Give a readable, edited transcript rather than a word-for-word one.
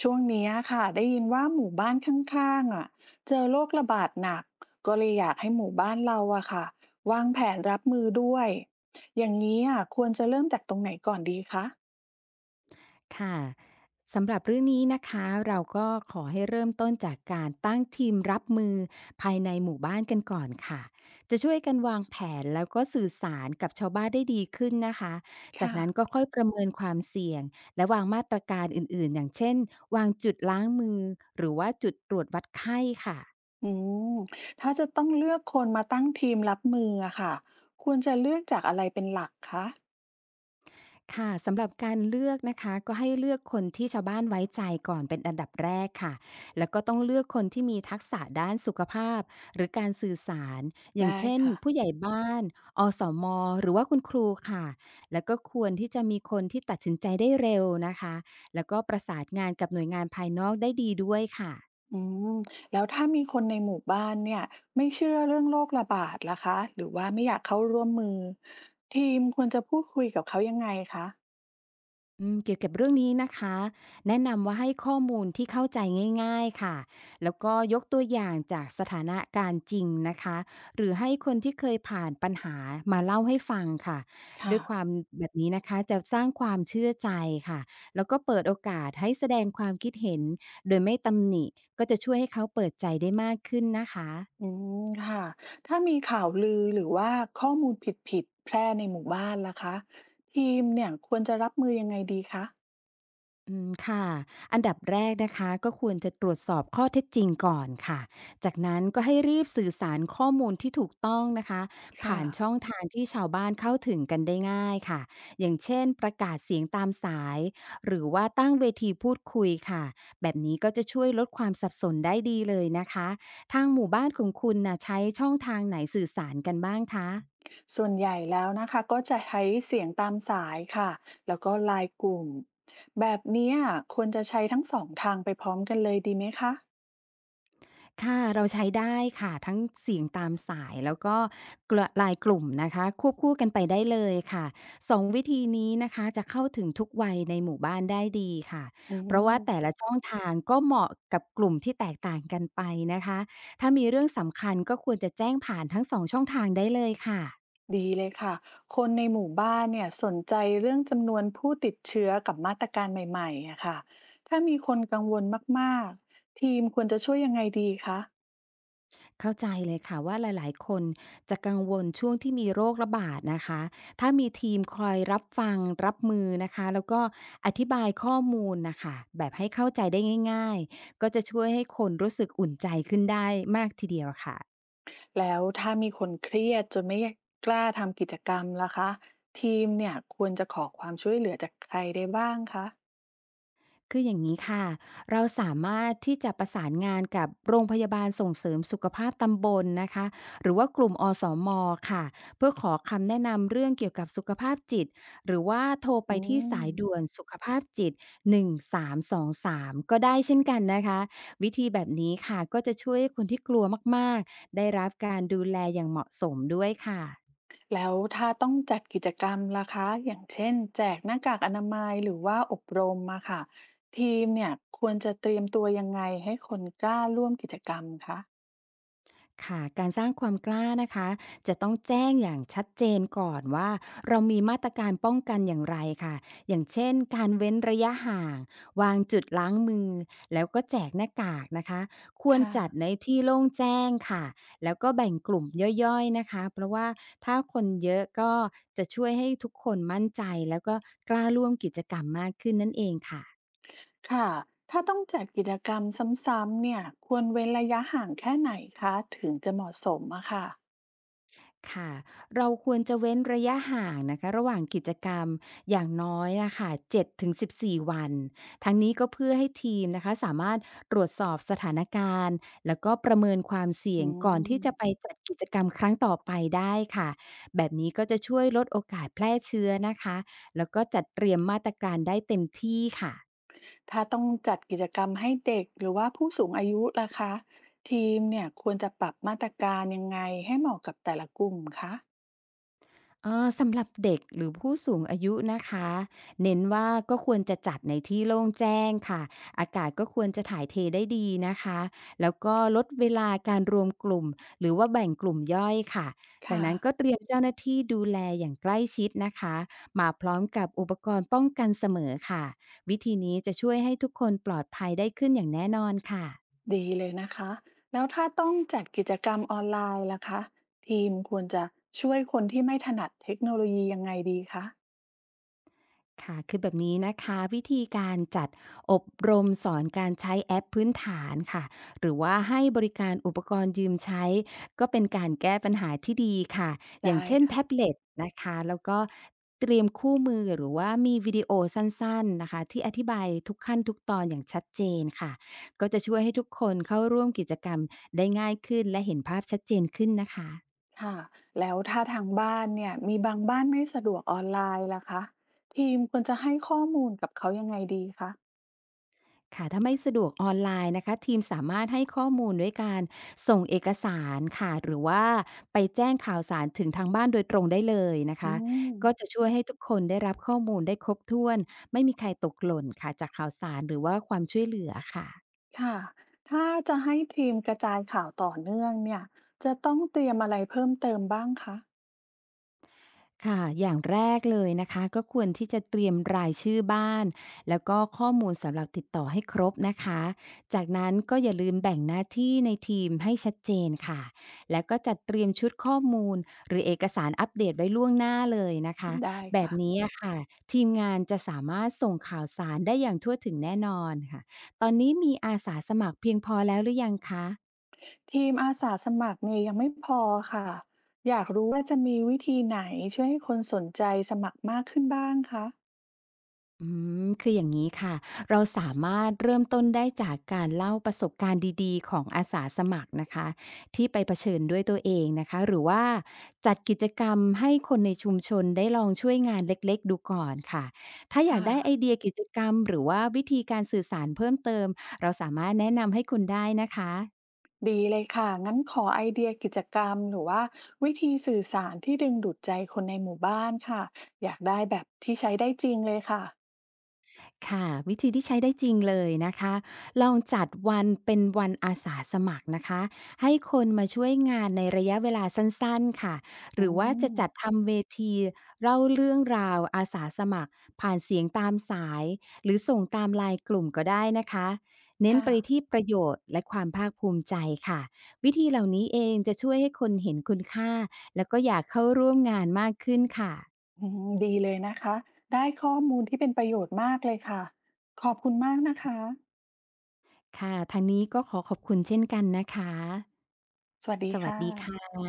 ช่วงเนี้ยค่ะได้ยินว่าหมู่บ้านข้างๆอ่ะเจอโรคระบาดหนักก็เลยอยากให้หมู่บ้านเราอะค่ะวางแผนรับมือด้วยอย่างนี้อ่ะควรจะเริ่มจากตรงไหนก่อนดีคะค่ะสำหรับเรื่องนี้นะคะเราก็ขอให้เริ่มต้นจากการตั้งทีมรับมือภายในหมู่บ้านกันก่อนค่ะจะช่วยกันวางแผนแล้วก็สื่อสารกับชาวบ้านได้ดีขึ้นนะคะจากค่ะนั้นก็ค่อยประเมินความเสี่ยงและวางมาตรการอื่นๆอย่างเช่นวางจุดล้างมือหรือว่าจุดตรวจวัดไข้ค่ะ อืมถ้าจะต้องเลือกคนมาตั้งทีมรับมืออะค่ะควรจะเลือกจากอะไรเป็นหลักคะค่ะสำหรับการเลือกนะคะก็ให้เลือกคนที่ชาวบ้านไว้ใจก่อนเป็นอันดับแรกค่ะแล้วก็ต้องเลือกคนที่มีทักษะด้านสุขภาพหรือการสื่อสารอย่างได้เช่นค่ะผู้ใหญ่บ้านอสมหรือว่าคุณครูค่ะแล้วก็ควรที่จะมีคนที่ตัดสินใจได้เร็วนะคะแล้วก็ประสานงานกับหน่วยงานภายนอกได้ดีด้วยค่ะ อืมแล้วถ้ามีคนในหมู่บ้านเนี่ยไม่เชื่อเรื่องโรคระบาดล่ะคะหรือว่าไม่อยากเข้าร่วมมือทีมควรจะพูดคุยกับเขายังไงคะ อืมเกี่ยวกับเรื่องนี้นะคะแนะนำว่าให้ข้อมูลที่เข้าใจง่ายๆค่ะแล้วก็ยกตัวอย่างจากสถานะการณ์จริงนะคะหรือให้คนที่เคยผ่านปัญหามาเล่าให้ฟังค่ะค่ะ ด้วยความแบบนี้นะคะจะสร้างความเชื่อใจค่ะแล้วก็เปิดโอกาสให้แสดงความคิดเห็นโดยไม่ตำหนิก็จะช่วยให้เขาเปิดใจได้มากขึ้นนะคะ อืม ค่ะ ถ้ามีข่าวลือหรือว่าข้อมูลผิดๆแพร่ในหมู่บ้านล่ะคะทีมเนี่ยควรจะรับมือยังไงดีคะ อืมค่ะอันดับแรกนะคะก็ควรจะตรวจสอบข้อเท็จจริงก่อนค่ะจากนั้นก็ให้รีบสื่อสารข้อมูลที่ถูกต้องนะคะค่ะ ผ่านช่องทางที่ชาวบ้านเข้าถึงกันได้ง่ายค่ะอย่างเช่นประกาศเสียงตามสายหรือว่าตั้งเวทีพูดคุยค่ะแบบนี้ก็จะช่วยลดความสับสนได้ดีเลยนะคะทางหมู่บ้านของคุณน่ะใช้ช่องทางไหนสื่อสารกันบ้างคะ ส่วนใหญ่แล้วนะคะก็จะใช้เสียงตามสายค่ะ แล้วก็ไลน์กลุ่มแบบเนี้ยควรจะใช้ทั้งสองทางไปพร้อมกันเลยดีไหมคะ ค่ะเราใช้ได้ค่ะทั้งเสียงตามสายแล้วก็กระไลน์กลุ่มนะคะควบคู่กันไปได้เลยค่ะสองวิธีนี้นะคะจะเข้าถึงทุกวัยในหมู่บ้านได้ดีค่ะอืเพราะว่าม แต่ละช่องทางก็เหมาะกับกลุ่มที่แตกต่างกันไปนะคะถ้ามีเรื่องสำคัญก็ควรจะแจ้งผ่านทั้งสองช่องทางได้เลยค่ะ ดีเลยค่ะ คนในหมู่บ้านเนี่ยสนใจเรื่องจำนวนผู้ติดเชื้อกับมาตรการใหม่ๆอะค่ะ ถ้ามีคนกังวลมากๆ ทีมควรจะช่วยยังไงดีคะเข้าใจเลยค่ะว่าหลายๆคนจะกังวลช่วงที่มีโรคระบาดนะคะถ้ามีทีมคอยรับฟังรับมือนะคะแล้วก็อธิบายข้อมูลนะคะแบบให้เข้าใจได้ง่ายๆ ก็จะช่วยให้คนรู้สึกอุ่นใจขึ้นได้มากทีเดียวค่ะ แล้วถ้ามีคนเครียดจนไม่กล้าทำกิจกรรมล่ะคะทีมเนี่ยควรจะขอความช่วยเหลือจากใครได้บ้างคะคืออย่างนี้ค่ะเราสามารถที่จะประสานงานกับโรงพยาบาลส่งเสริมสุขภาพตำบลนะคะหรือว่ากลุ่มอสมค่ะ เพื่อขอคำแนะนำเรื่องเกี่ยวกับสุขภาพจิต หรือว่าโทรไปอืที่ม สายด่วนสุขภาพจิต1323ก็ได้เช่นกันนะคะวิธีแบบนี้ค่ะก็จะช่วยให้คนที่กลัวมากๆได้รับการดูแลอย่างเหมาะสมด้วยค่ะ แล้วถ้าต้องจัดกิจกรรมล่ะคะอย่างเช่นแจกหน้ากากอนามัยหรือว่าอบรมมาค่ะทีมเนี่ยควรจะเตรียมตัวยังไงให้คนกล้าร่วมกิจกรรมคะค่ะการสร้างความกล้านะคะจะต้องแจ้งอย่างชัดเจนก่อนว่าเรามีมาตรการป้องกันอย่างไรค่ะอย่างเช่นการเว้นระยะห่างวางจุดล้างมือแล้วก็แจกหน้ากากนะคะควรค่ะจัดในที่โล่งแจ้งค่ะแล้วก็แบ่งกลุ่มย่อยๆนะคะเพราะว่าถ้าคนเยอะก็จะช่วยให้ทุกคนมั่นใจแล้วก็กล้าร่วมกิจกรรมมากขึ้นนั่นเองค่ะ ค่ะถ้าต้องจัดกิจกรรมซ้ำๆเนี่ยควรเว้นระยะห่างแค่ไหนคะถึงจะเหมาะสมอะค่ะค่ะเราควรจะเว้นระยะห่างนะคะระหว่างกิจกรรมอย่างน้อยนะคะเจ็ดถึงสิบ7-14วันทั้งนี้ก็เพื่อให้ทีมนะคะสามารถตรวจสอบสถานการณ์แล้วก็ประเมินความเสี่อืยงก่อนมที่จะไปจัดกิจกรรมครั้งต่อไปได้ค่ะแบบนี้ก็จะช่วยลดโอกาสแพร่เชื้อนะคะแล้วก็จัดเตรียมมาตรการได้เต็มที่ค่ะ ถ้าต้องจัดกิจกรรมให้เด็กหรือว่าผู้สูงอายุล่ะคะทีมเนี่ยควรจะปรับมาตรการยังไงให้เหมาะกับแต่ละกลุ่มคะสำหรับเด็กหรือผู้สูงอายุนะคะเน้นว่าก็ควรจะจัดในที่โล่งแจ้งค่ะอากาศก็ควรจะถ่ายเทได้ดีนะคะแล้วก็ลดเวลาการรวมกลุ่มหรือว่าแบ่งกลุ่มย่อยค่ะจากค่ะ นั้นก็เตรียมเจ้าหน้าที่ดูแลอย่างใกล้ชิดนะคะมาพร้อมกับอุปกรณ์ป้องกันเสมอค่ะวิธีนี้จะช่วยให้ทุกคนปลอดภัยได้ขึ้นอย่างแน่นอนค่ะ ดีเลยนะคะแล้วถ้าต้องจัดกิจกรรมออนไลน์ล่ะคะทีมควรจะช่วยคนที่ไม่ถนัดเทคโนโลยียังไงดีคะค่ะคือแบบนี้นะคะวิธีการจัดอบรมสอนการใช้แอปพื้นฐานค่ะหรือว่าให้บริการอุปกรณ์ยืมใช้ก็เป็นการแก้ปัญหาที่ดีค่ะอย่าได้งเช่นค่ะแท็บเล็ตนะคะแล้วก็เตรียมคู่มือหรือว่ามีวิดีโอสั้นๆนะคะที่อธิบายทุกขั้นทุกตอนอย่างชัดเจนค่ะก็จะช่วยให้ทุกคนเข้าร่วมกิจกรรมได้ง่ายขึ้นและเห็นภาพชัดเจนขึ้นนะคะ ค่ะแล้วถ้าทางบ้านเนี่ยมีบางบ้านไม่สะดวกออนไลน์ล่ะคะทีมควรจะให้ข้อมูลกับเขายังไงดีคะค่ะถ้าไม่สะดวกออนไลน์นะคะทีมสามารถให้ข้อมูลด้วยการส่งเอกสารค่ะหรือว่าไปแจ้งข่าวสารถึงทางบ้านโดยตรงได้เลยนะอืคะมก็จะช่วยให้ทุกคนได้รับข้อมูลได้ครบถ้วนไม่มีใครตกหล่นค่ะจากข่าวสารหรือว่าความช่วยเหลือค่ะ ค่ะถ้าจะให้ทีมกระจายข่าวต่อเนื่องเนี่ยจะต้องเตรียมอะไรเพิ่มเติมบ้างคะค่ะอย่างแรกเลยนะคะก็ควรที่จะเตรียมรายชื่อบ้านแล้วก็ข้อมูลสำหรับติดต่อให้ครบนะคะจากนั้นก็อย่าลืมแบ่งหน้าที่ในทีมให้ชัดเจนค่ะแล้วก็จัดเตรียมชุดข้อมูลหรือเอกสารอัปเดตไว้ล่วงหน้าเลยนะคะได้แบบค่ะ นี้อะค่ะทีมงานจะสามารถส่งข่าวสารได้อย่างทั่วถึงแน่นอนค่ะตอนนี้มีอาสาสมัครเพียงพอแล้วหรือยังคะ ทีมอาสาสมัครเนี่ยยังไม่พอค่ะอยากรู้ว่าจะมีวิธีไหนช่วยให้คนสนใจสมัครมากขึ้นบ้างคะอืคืออย่างนี้ค่ะเราสามารถเริ่มต้นได้จากการเล่าประสบการณ์ดีๆของอาสาสมัครนะคะที่ไปเผชิญด้วยตัวเองนะคะหรือว่าจัดกิจกรรมให้คนในชุมชนได้ลองช่วยงานเล็กๆดูก่อนค่ะถ้าอยากค่ะได้ไอเดียกิจกรรมหรือว่าวิธีการสื่อสารเพิ่มเติมเราสามารถแนะนำให้คุณได้นะคะ ดีเลยค่ะงั้นขอไอเดียกิจกรรมหรือว่าวิธีสื่อสารที่ดึงดูดใจคนในหมู่บ้านค่ะอยากได้แบบที่ใช้ได้จริงเลยค่ะค่ะวิธีที่ใช้ได้จริงเลยนะคะลองจัดวันเป็นวันอาสาสมัครนะคะให้คนมาช่วยงานในระยะเวลาสั้นๆค่ะหอืรือว่าจะจัดมทำเวทีเล่าเรื่องราวอาสาสมัครผ่านเสียงตามสายหรือส่งตามไลน์กลุ่มก็ได้นะคะเน้นค่ะไปที่ประโยชน์และความภาคภูมิใจค่ะวิธีเหล่านี้เองจะช่วยให้คนเห็นคุณค่าแล้วก็อยากเข้าร่วมงานมากขึ้นค่ะอืมดีเลยนะคะ ได้ข้อมูลที่เป็นประโยชน์มากเลยค่ะ ขอบคุณมากนะคะ ค่ะทางนี้ก็ขอขอบคุณเช่นกันนะคะ สวัสดีสวัสค่ะดีค่ะ